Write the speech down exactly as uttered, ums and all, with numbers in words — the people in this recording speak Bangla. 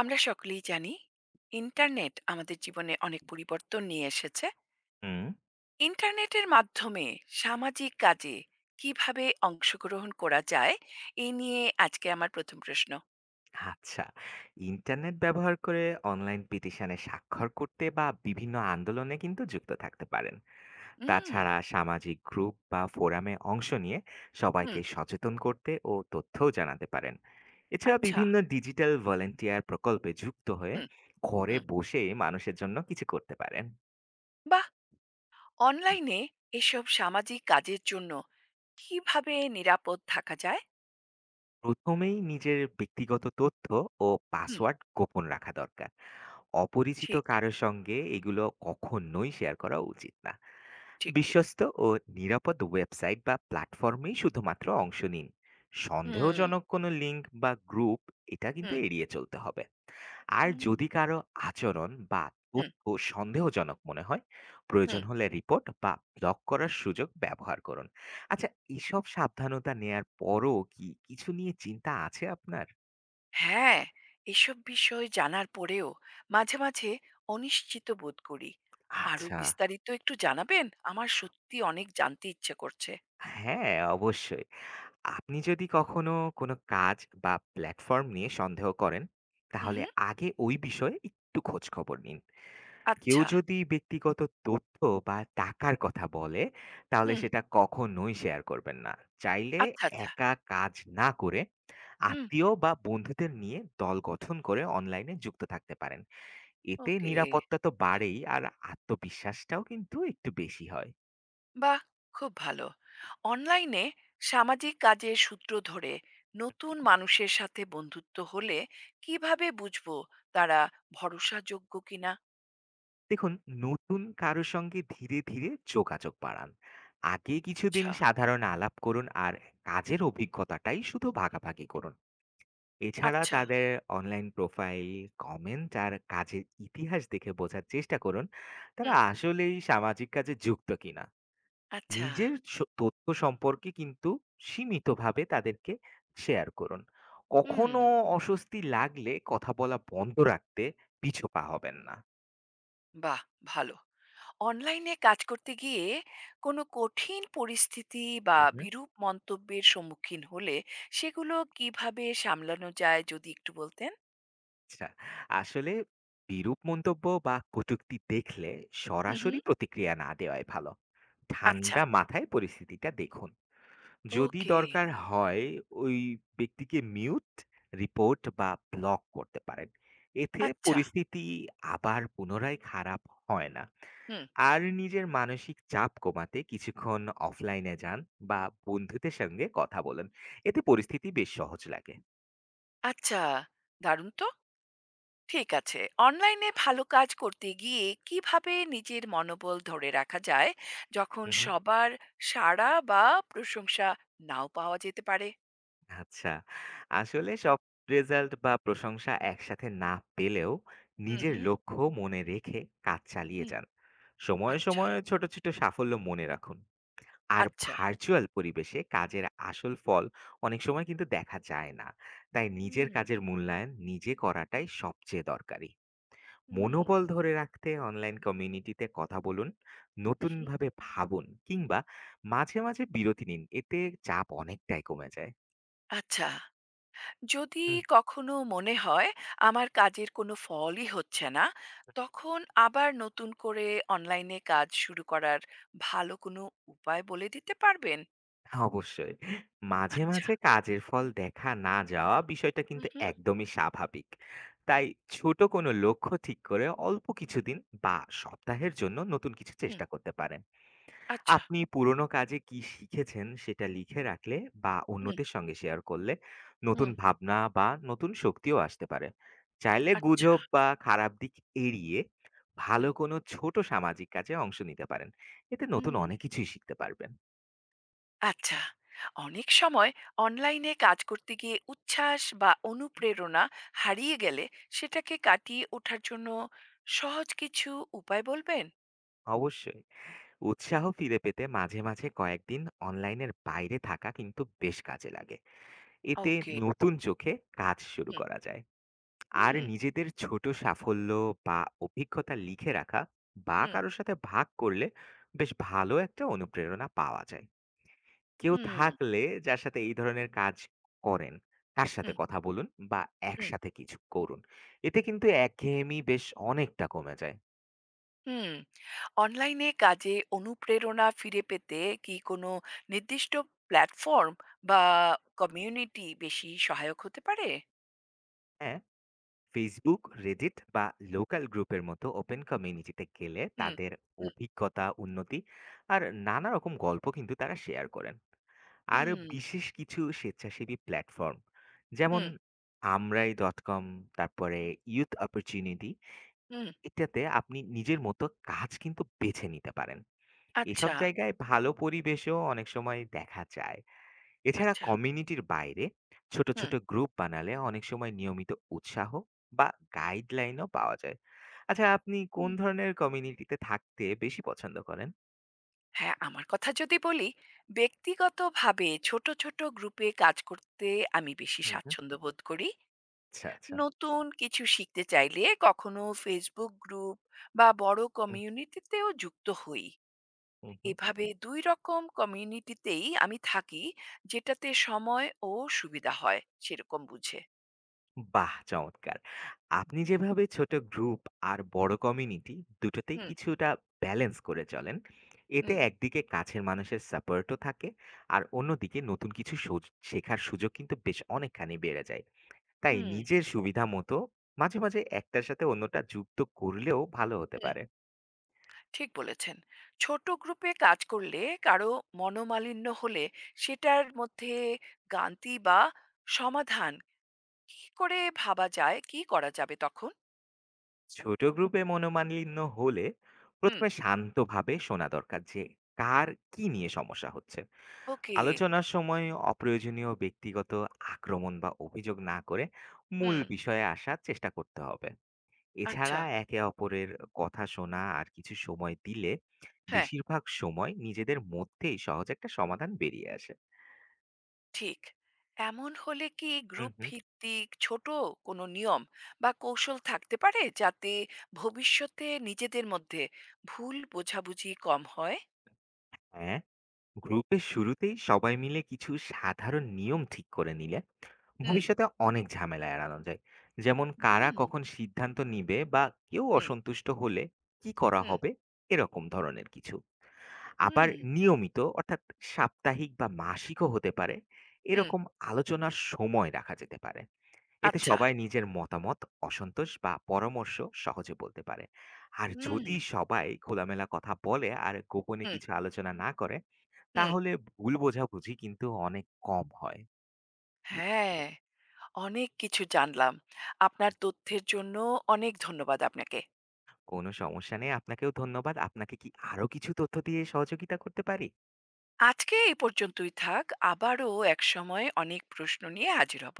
আমরা সকলেই জানি ইন্টারনেট আমাদের জীবনে অনেক পরিবর্তন নিয়ে এসেছে। হুম। ইন্টারনেটের মাধ্যমে সামাজিক কাজে কিভাবে অংশগ্রহণ করা যায় এই নিয়ে আজকে আমার প্রথম প্রশ্ন। আচ্ছা, ইন্টারনেট ব্যবহার করে অনলাইন পিটিশনে স্বাক্ষর করতে বা বিভিন্ন আন্দোলনে কিন্তু যুক্ত থাকতে পারেন। হুম। তাছাড়া সামাজিক গ্রুপ বা ফোরামে অংশ নিয়ে হুম। সবাইকে সচেতন করতে ও তথ্যও জানাতে পারেন। এছাড়া আচ্ছা। বিভিন্ন ডিজিটাল ভলেন্টিয়ার প্রকল্পে যুক্ত হয়ে হুম। ঘরে হুম। বসে মানুষের জন্য কিছু করতে পারেন। বাহ। অনলাইনে এসব সামাজিক কাজের জন্য কিভাবে নিরাপদ থাকা যায়? প্রথমেই নিজের ব্যক্তিগত তথ্য ও হুম। পাসওয়ার্ড গোপন রাখা দরকার। অপরিচিত ঠিক, কারো সঙ্গে এগুলো কখনোই শেয়ার করা উচিত না। ঠিক, ঠিক। বিশ্বস্ত ও নিরাপদ ওয়েবসাইট বা প্ল্যাটফর্মেই শুধুমাত্র অংশ নিন। হুম। সন্দেহজনক কোনো লিঙ্ক বা গ্রুপ এটা কিন্তু হুম। এড়িয়ে চলতে হবে। আর হুম। যদি কারো আচরণ বা হুম। তথ্য সন্দেহজনক মনে হয়, প্রয়োজন হুম। হলে রিপোর্ট বা ব্লক করার সুযোগ ব্যবহার করুন। আচ্ছা, এসব সাবধানতা নেয়ার পরও কি কিছু নিয়ে চিন্তা আছে আপনার? হ্যাঁ, এসব বিষয় জানার পরেও মাঝে, মাঝে অনিশ্চিত বোধ করি। আরো আচ্ছা, বিস্তারিত একটু জানাবেন? আমার সত্যি অনেক জানতে ইচ্ছে করছে। হ্যাঁ, অবশ্যই। আপনি যদি কখনো কোনো কাজ বা প্ল্যাটফর্ম নিয়ে সন্দেহ করেন, তাহলে উহু। আগে ওই বিষয়ে একটু খোঁজ খবর নিন। কেউ আচ্ছা। যদি ব্যক্তিগত তথ্য বা টাকার কথা বলে, তাহলে হুম, সেটা কখনোই শেয়ার করবেন না। চাইলে আচ্ছা, আচ্ছা। একা কাজ না করে হুম। আত্মীয় বা বন্ধুদের নিয়ে দল গঠন করে অনলাইনে যুক্ত থাকতে পারেন। এতে ওকে। নিরাপত্তা তো বাড়েই আর আত্মবিশ্বাসটাও কিন্তু একটু বেশি হয়। বাহ! খুব ভালো। অনলাইনে সামাজিক কাজের সূত্র ধরে নতুন মানুষের সাথে বন্ধুত্ব হলে কিভাবে বুঝবো তারা ভরসাযোগ্য কিনা? দেখুন, নতুন কারো সঙ্গে ধীরে ধীরে যোগাযোগ বাড়ান। আগে কিছুদিন আচ্ছা, সাধারণ আলাপ করুন আর কাজের অভিজ্ঞতাটাই শুধু ভাগাভাগি করুন। এছাড়া আচ্ছা। তাদের অনলাইন প্রোফাইল, কমেন্ট আর কাজের ইতিহাস দেখে বোঝার চেষ্টা করুন তারা হুম, আসলেই সামাজিক কাজে যুক্ত কিনা। আচ্ছা। নিজের স- তথ্য সম্পর্কে কিন্তু সীমিতভাবে তাদেরকে শেয়ার করুন। হুম। কখনো অস্বস্তি লাগলে কথা বলা বন্ধ রাখতে পিছপা হবেন না। বাহ! ভালো। অনলাইনে কাজ করতে গিয়ে কোনো কঠিন পরিস্থিতি বা হুম হুম। বিরূপ মন্তব্যের সম্মুখীন হলে সেগুলো কিভাবে সামলানো যায় যদি একটু বলতেন। আচ্ছা, আসলে বিরূপ মন্তব্য বা কটূক্তি দেখলে হুম হুম। সরাসরি প্রতিক্রিয়া না দেওয়াই ভালো। আচ্ছা। ঠান্ডা মাথায় পরিস্থিতিটা দেখুন। যদি ওকে। দরকার হয় ওই ব্যক্তিকে মিউট, রিপোর্ট বা ব্লক করতে পারেন। এতে আচ্ছা। পরিস্থিতি আবার পুনরায় খারাপ হয় না। হুম। আর নিজের মানসিক চাপ কমাতে কিছুক্ষণ অফলাইনে যান বা বন্ধুদের সঙ্গে কথা বলেন। এতে পরিস্থিতি বেশ সহজ লাগে। আচ্ছা, দারুণ তো। ঠিক আছে। অনলাইনে ভালো কাজ করতে গিয়ে কিভাবে নিজের মনোবল ধরে রাখা যায় যখন হু, হু। সবার সাড়া বা প্রশংসা নাও পাওয়া যেতে পারে? আচ্ছা। আসলে সব রেজাল্ট বা প্রশংসা একসাথে না পেলেও হুম নিজের হুম। লক্ষ্য মনে রেখে কাজ চালিয়ে হুম। যান। সময়ে, আচ্ছা। সময়ে ছোট, ছোট সাফল্য মনে রাখুন। আর আচ্ছা। ভার্চুয়াল পরিবেশে কাজের আসল ফল অনেক সময় কিন্তু দেখা যায় না। তাই নিজের হুম কাজের মূল্যায়ন নিজে করাটাই সবচেয়ে দরকারি। হুম। মনোবল ধরে রাখতে অনলাইন কমিউনিটিতে কথা বলুন, হুম। নতুনভাবে ভাবুন কিংবা মাঝে, মাঝে বিরতি নিন। এতে চাপ অনেকটাই কমে যায়। আচ্ছা, যদি হুম। কখনো মনে হয় আমার কাজের কোনো ফলই হচ্ছে না, তখন আবার নতুন করে অনলাইনে কাজ শুরু করার ভালো কোনো উপায় বলে দিতে পারবেন? হ্যাঁ, অবশ্যই। মাঝে, আচ্ছা। মাঝে কাজের ফল দেখা না যাওয়া বিষয়টা হুম, কিন্তু হুম, একদমই স্বাভাবিক। তাই ছোট কোনো লক্ষ্য ঠিক করে অল্প কিছুদিন বা সপ্তাহের জন্য নতুন কিছু হুম, চেষ্টা করতে পারেন। আচ্ছা, আপনি পুরনো কাজে কি শিখেছেন সেটা লিখে রাখলে বা হুম, অন্যদের সঙ্গে শেয়ার করলে নতুন হুম, ভাবনা বা নতুন শক্তিও আসতে পারে। চাইলে আচ্ছা, গুজব বা খারাপ দিক এড়িয়ে হুম, ভালো কোনো ছোট সামাজিক কাজে অংশ নিতে পারেন। এতে নতুন হুম, অনেক কিছুই শিখতে পারবেন। আচ্ছা। অনেক সময় অনলাইনে কাজ করতে গিয়ে উচ্ছ্বাস বা অনুপ্রেরণা হারিয়ে গেলে সেটাকে কাটিয়ে ওঠার জন্য সহজ কিছু উপায় বলবেন? অবশ্যই। উৎসাহ ফিরে পেতে মাঝে মাঝে কয়েকদিন অনলাইনের বাইরে থাকা কিন্তু বেশ কাজে লাগে। এতে ওকে। নতুন চোখে কাজ শুরু হুম, করা যায়। আর হুম, নিজেদের ছোট সাফল্য বা অভিজ্ঞতা লিখে রাখা বা হুম। কারোর সাথে ভাগ করলে বেশ ভালো একটা অনুপ্রেরণা পাওয়া যায়। কেউ হুম, থাকলে যার সাথে এই ধরনের কাজ করেন তার সাথে হুম, কথা বলুন বা হুম, একসাথে কিছু করুন। এতে কিন্তু একঘেয়েমি বেশ অনেকটা কমে যায়। হুম। অনলাইনে কাজে অনুপ্রেরণা ফিরে পেতে কি কোনো নির্দিষ্ট প্ল্যাটফর্ম বা কমিউনিটি বেশি সহায়ক হতে পারে? হ্যাঁ, ফেসবুক, রেডিট বা লোকাল গ্রুপের মতো ওপেন কমিউনিটিতে গেলে হুম, তাদের হুম, অভিজ্ঞতা, উন্নতি আর নানা রকম গল্প কিন্তু তারা শেয়ার করেন। আর হুম, বিশেষ কিছু স্বেচ্ছাসেবী প্ল্যাটফর্ম, যেমন হুম, আমরাই ডট কম, তারপরে ইউথ অপরচুনিটি, হুম। এটাতে আপনি নিজের মতো কাজ কিন্তু বেছে নিতে পারেন। এসব আচ্ছা, জায়গায় ভালো পরিবেশও অনেক সময় দেখা যায়। এছাড়া আচ্ছা। কমিউনিটির বাইরে ছোট হুম, ছোট গ্রুপ বানালে অনেক সময় নিয়মিত উৎসাহ বা গাইডলাইনও পাওয়া যায়। আচ্ছা, আপনি কোন হুম। ধরনের কমিউনিটিতে থাকতে বেশি পছন্দ করেন? হ্যাঁ, আমার কথা যদি বলি, ব্যক্তিগতভাবে ছোট, ছোট গ্রুপে কাজ করতে আমি বেশি হুম হুম। স্বাচ্ছন্দ্য বোধ করি। আচ্ছা আচ্ছা। নতুন কিছু শিখতে চাইলে কখনো Facebook গ্রুপ বা বড় হুম। কমিউনিটিতেও যুক্ত হই। হুম হুম। এভাবে দুই রকম কমিউনিটিতেই আমি থাকি, যেটাতে সময় ও সুবিধা হয় সেরকম বুঝে। বাহ, চমৎকার। আপনি যেভাবে ছোট গ্রুপ আর বড় কমিউনিটি দুটোতেই হুম কিছুটা ব্যালেন্স করে চলেন, এতে হুম। একদিকে কাছের মানুষের সাপোর্টও থাকে আর অন্যদিকে নতুন কিছু সো- শেখার সুযোগ কিন্তু বেশ অনেকখানি বেড়ে যায়। তাই হুম নিজের সুবিধা মতো মাঝে মাঝে একটার সাথে অন্যটা যুক্ত করলেও ভালো হতে হুম। পারে। ঠিক বলেছেন। ছোট গ্রুপে কাজ করলে কারো মনোমালিন্য হলে সেটার মধ্যে গান্তি বা সমাধান কি করে ভাবা যায়, কি করা যাবে তখন? ছোট গ্রুপে মনোমালিন্য হলে হুম। প্রথমে শান্তভাবে শোনা দরকার যে কার কি নিয়ে সমস্যা হচ্ছে। ওকে। আলোচনার সময় অপ্রয়োজনীয় ব্যক্তিগত আক্রমণ বা অভিযোগ না করে মূল হুম। বিষয়ে আসার চেষ্টা করতে হবে। আচ্ছা। এছাড়া একে অপরের কথা শোনা আর কিছু সময় দিলে হ্যাঁ। বেশিরভাগ সময় নিজেদের মধ্যেই সহজ একটা সমাধান বেরিয়ে আসে। ঠিক। এমন হলে কি হুম গ্রুপ হুম। ভিত্তিক ছোট কোনো নিয়ম বা কৌশল থাকতে পারে যাতে ভবিষ্যতে নিজেদের মধ্যে ভুল বোঝাবুঝি কম হয়? হ্যাঁ, গ্রুপের শুরুতেই সবাই মিলে কিছু সাধারণ নিয়ম ঠিক করে নিলে হুম, ভবিষ্যতে অনেক ঝামেলা এড়ানো যায়। যেমন, কারা হুম, কখন সিদ্ধান্ত নিবে বা কেউ হুম, অসন্তুষ্ট হলে কি করা হুম, হবে, এরকম ধরনের কিছু। আবার হুম, নিয়মিত, অর্থাৎ সাপ্তাহিক বা মাসিকও হতে পারে, হুম, এরকম আলোচনার সময় রাখা যেতে পারে। এতে আচ্ছা। সবাই নিজের মতামত, অসন্তোষ বা পরামর্শ সহজে বলতে পারে। আর হুম, যদি সবাই খোলামেলা কথা বলে আর গোপনে হুম, কিছু আলোচনা না করে, হুম। তাহলে ভুল বোঝাবুঝি কিন্তু অনেক কম হয়। হ্যাঁ, অনেক কিছু জানলাম। আপনার তথ্যের জন্য অনেক ধন্যবাদ আপনাকে। কোনো সমস্যা নেই। আপনাকেও ধন্যবাদ। আপনাকে কি আরো কিছু তথ্য দিয়ে সহযোগিতা করতে পারি? আজকে এই পর্যন্তই থাক। আবারও একসময় অনেক প্রশ্ন নিয়ে হাজির হব।